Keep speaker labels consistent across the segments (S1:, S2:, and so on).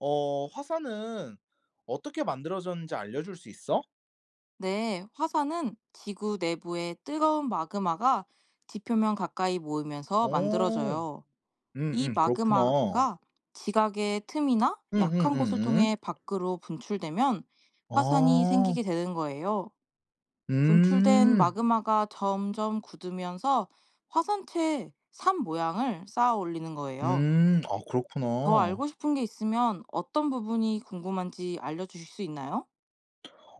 S1: 화사는 어떻게 만들어졌는지 알려줄 수 있어?
S2: 네, 화산은 지구 내부의 뜨거운 마그마가 지표면 가까이 모이면서
S1: 어.
S2: 만들어져요. 이
S1: 음음. 그렇구나.
S2: 마그마가 지각의 틈이나 약한 곳을
S1: 음음음음.
S2: 통해 밖으로 분출되면 화산이
S1: 아.
S2: 생기게 되는 거예요. 분출된
S1: 음.
S2: 마그마가 점점 굳으면서 화산체의 산 모양을 쌓아 올리는 거예요.
S1: 음. 아
S2: 더
S1: 그렇구나.
S2: 알고 싶은 게 있으면 어떤 부분이 궁금한지 알려주실 수 있나요?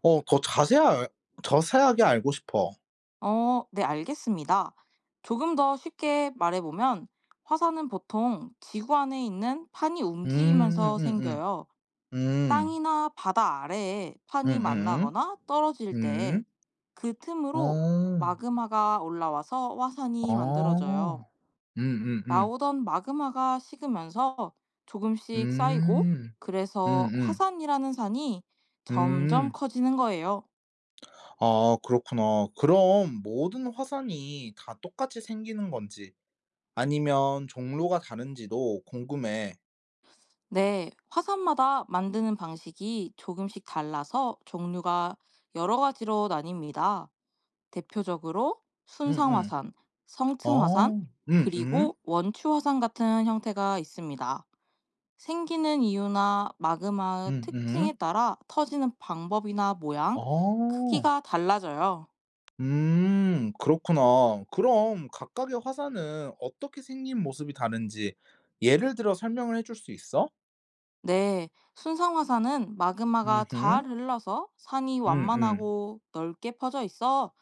S1: 더 자세하게 알고 싶어.
S2: 네, 알겠습니다. 조금 더 쉽게 말해보면, 화산은 보통 지구 안에 있는 판이 움직이면서
S1: 음음음음.
S2: 생겨요.
S1: 음.
S2: 땅이나 바다 아래에 판이
S1: 음음음.
S2: 만나거나 떨어질 때
S1: 음.
S2: 그 틈으로
S1: 어.
S2: 마그마가 올라와서 화산이 만들어져요.
S1: 아. 음음음.
S2: 나오던 마그마가 식으면서
S1: 음.
S2: 조금씩 쌓이고,
S1: 음음. 음.
S2: 그래서
S1: 음,
S2: 화산이라는 산이
S1: 음.
S2: 점점 커지는 거예요.
S1: 아 그렇구나. 그럼 모든 화산이 다 똑같이 생기는 건지 아니면 종류가 다른지도 궁금해.
S2: 네, 화산마다 만드는 방식이 조금씩 달라서 종류가 여러 가지로 나뉩니다. 대표적으로
S1: 응응
S2: 순상화산,
S1: 아.
S2: 성층화산,
S1: 응응
S2: 그리고 원추화산 같은 형태가 있습니다. 생기는 이유나 마그마의
S1: 응응
S2: 특징에 따라 터지는 방법이나 모양,
S1: 아.
S2: 크기가 달라져요.
S1: 그렇구나. 그럼 각각의 화산은 어떻게 생긴 모습이 다른지 예를 들어 설명을 해줄 수 있어?
S2: 네, 순상화산은
S1: 응
S2: 마그마가 잘
S1: 응
S2: 흘러서 산이
S1: 응응
S2: 완만하고 넓게 퍼져 있어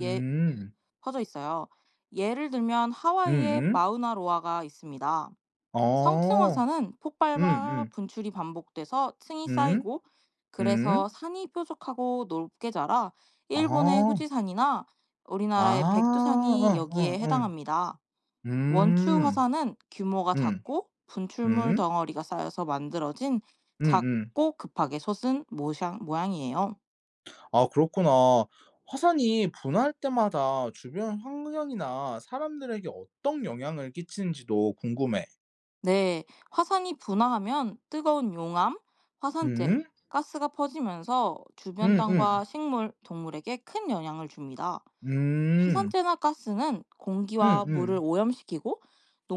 S2: 예,
S1: 음.
S2: 퍼져 있어요. 예를 들면
S1: 응
S2: 하와이의 마우나로아가 있습니다.
S1: 아.
S2: 성층 화산은
S1: 응
S2: 폭발과
S1: 응
S2: 분출이 반복돼서 층이
S1: 음.
S2: 쌓이고
S1: 음.
S2: 그래서 산이 뾰족하고 높게 자라 일본의
S1: 아.
S2: 후지산이나
S1: 아.
S2: 우리나라의
S1: 어
S2: 백두산이 여기에
S1: 어 어.
S2: 해당합니다. 원추
S1: 음.
S2: 화산은 규모가
S1: 음.
S2: 작고 분출물
S1: 음.
S2: 덩어리가 쌓여서 만들어진
S1: 음음.
S2: 작고 급하게 솟은 모양이에요.
S1: 아 그렇구나. 화산이 분화할 때마다 주변 환경이나 사람들에게 어떤 영향을 끼치는지도 궁금해.
S2: 네, 화산이 분화하면 뜨거운 용암, 화산재,
S1: 음.
S2: 가스가 퍼지면서 주변
S1: 음음.
S2: 땅과 식물, 동물에게 큰 영향을 줍니다.
S1: 음. 음음.
S2: 화산재나 가스는
S1: 음.
S2: 공기와 물을 오염시키고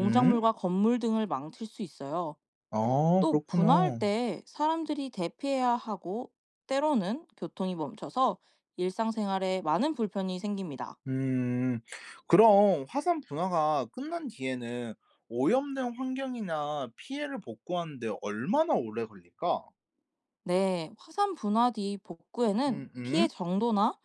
S1: 음.
S2: 건물 등을 망칠 수 있어요.
S1: 아
S2: 또 분화할
S1: 그렇구나.
S2: 때 사람들이 대피해야 하고 때로는 교통이 멈춰서 일상생활에 많은 불편이 생깁니다.
S1: 음. 그럼 화산 분화가 끝난 뒤에는 오염된 환경이나 피해를 복구하는 데 얼마나 오래 걸릴까?
S2: 네, 화산 분화 뒤 복구에는
S1: 음음.
S2: 피해 정도나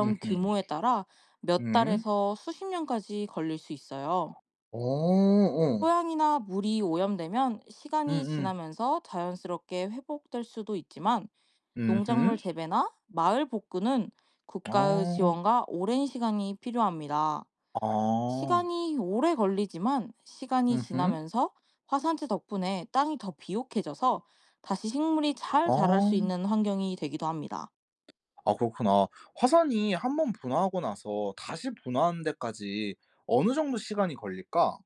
S1: 음.
S2: 규모에 따라 몇
S1: 음.
S2: 달에서 수십 년까지 걸릴 수 있어요.
S1: 어 어.
S2: 토양이나 물이 오염되면 시간이
S1: 음음.
S2: 지나면서 자연스럽게 회복될 수도 있지만
S1: 음음.
S2: 농작물 재배나 마을 복구는 국가의
S1: 아.
S2: 지원과 오랜 시간이 필요합니다.
S1: 아.
S2: 시간이 오래 걸리지만 시간이
S1: 음음.
S2: 지나면서 화산재 덕분에 땅이 더 비옥해져서 다시 식물이 잘 자랄 수
S1: 아.
S2: 있는 환경이 되기도 합니다.
S1: 아 그렇구나. 화산이 한번 분화하고 나서 다시 분화하는 데까지 어느 정도 시간이 걸릴까?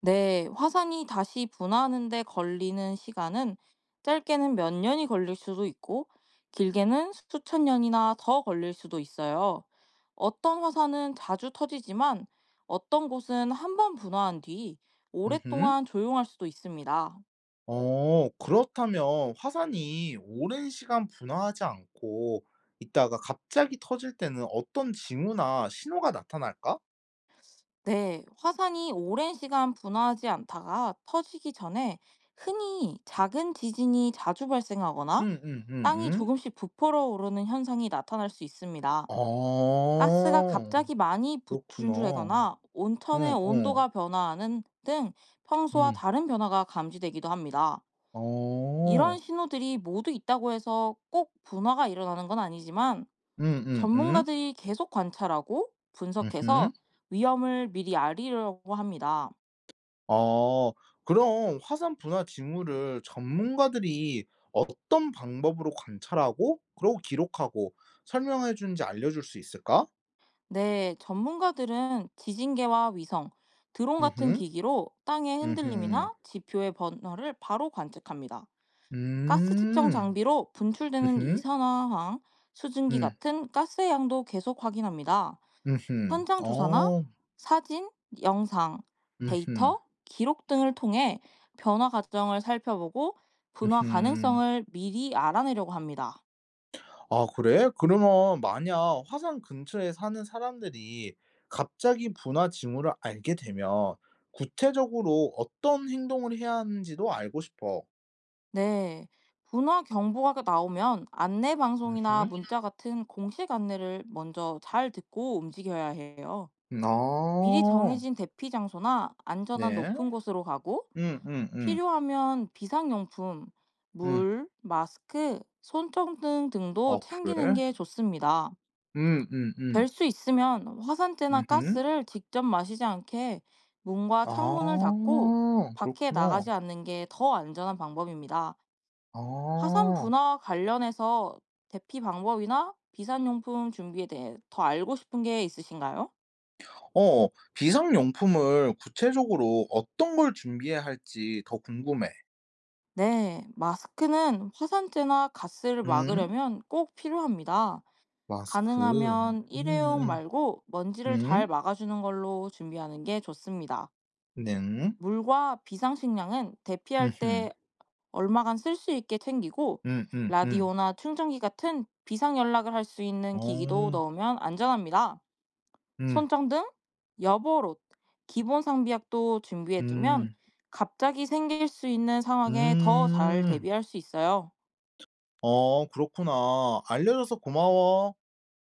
S2: 네, 화산이 다시 분화하는 데 걸리는 시간은 짧게는 몇 년이 걸릴 수도 있고, 길게는 수천 년이나 더 걸릴 수도 있어요. 어떤 화산은 자주 터지지만, 어떤 곳은 한 번 분화한 뒤
S1: 음음.
S2: 오랫동안 조용할 수도 있습니다.
S1: 그렇다면 화산이 오랜 시간 분화하지 않고 있다가 갑자기 터질 때는 어떤 징후나 신호가 나타날까?
S2: 네, 화산이 오랜 시간 분화하지 않다가 터지기 전에 흔히 작은 지진이 자주 발생하거나 땅이
S1: 음음음음.
S2: 조금씩 부풀어 오르는 현상이 나타날 수 있습니다.
S1: 아.
S2: 가스가 갑자기 많이
S1: 그렇구나.
S2: 분출되거나 온천의
S1: 어어.
S2: 온도가 변화하는 등 평소와
S1: 음.
S2: 다른 변화가 감지되기도 합니다.
S1: 어.
S2: 이런 신호들이 모두 있다고 해서 꼭 분화가 일어나는 건 아니지만
S1: 음음음.
S2: 전문가들이 계속 관찰하고 분석해서
S1: 음음.
S2: 위험을 미리 알리려고 합니다.
S1: 아 그럼 화산 분화 징후를 전문가들이 어떤 방법으로 관찰하고 그리고 기록하고 설명해 주는지 알려줄 수 있을까?
S2: 네, 전문가들은 지진계와 위성, 드론 같은
S1: 흠
S2: 기기로 땅의
S1: 흠
S2: 흔들림이나 지표의 변화를 바로 관측합니다. 가스 측정
S1: 음.
S2: 장비로 분출되는
S1: 음음.
S2: 이산화황, 수증기
S1: 음.
S2: 같은 가스의 양도 계속 확인합니다.
S1: 흠
S2: 현장
S1: 어.
S2: 조사나 사진, 영상,
S1: 음음.
S2: 데이터, 기록 등을 통해 변화 과정을 살펴보고 분화
S1: 음음.
S2: 가능성을 미리 알아내려고 합니다.
S1: 아 그래? 그러면 만약 화산 근처에 사는 사람들이 갑자기 분화 징후를 알게 되면 구체적으로 어떤 행동을 해야 하는지도 알고 싶어.
S2: 네. 분화 경보가 나오면 안내 방송이나
S1: 음흠.
S2: 문자 같은 공식 안내를 먼저 잘 듣고 움직여야 해요. 미리
S1: 아.
S2: 정해진 대피 장소나 안전한
S1: 네.
S2: 높은 곳으로 가고
S1: 음.
S2: 필요하면 비상용품,
S1: 음, 음.
S2: 물, 마스크, 손전등 등도
S1: 아
S2: 챙기는
S1: 그래?
S2: 게 좋습니다.
S1: 음음음.
S2: 될 수 있으면 화산재나
S1: 음흠.
S2: 가스를 직접 마시지 않게 문과 창문을
S1: 아
S2: 닫고 밖에
S1: 그렇구나.
S2: 나가지 않는 게 더 안전한 방법입니다. 화산
S1: 아.
S2: 분화와 관련해서 대피 방법이나 비상용품 준비에 대해 더 알고 싶은 게 있으신가요?
S1: 어 비상용품을 구체적으로 어떤 걸 준비해야 할지 더 궁금해.
S2: 네, 마스크는 화산재나 가스를
S1: 음.
S2: 막으려면 꼭 필요합니다.
S1: 마스크.
S2: 가능하면 일회용 말고 먼지를 잘
S1: 음.
S2: 막아주는 걸로 준비하는 게 좋습니다.
S1: 네.
S2: 물과 비상식량은 대피할
S1: 음음.
S2: 때 얼마간 쓸 수 있게 챙기고
S1: 음음 음,
S2: 라디오나 충전기 같은 비상 연락을 할 수 있는 기기도
S1: 어.
S2: 넣으면 안전합니다.
S1: 음.
S2: 손전등, 여보옷, 기본 상비약도 준비해두면
S1: 음.
S2: 갑자기 생길 수 있는 상황에 더 잘
S1: 음.
S2: 대비할 수 있어요.
S1: 그렇구나. 알려줘서 고마워.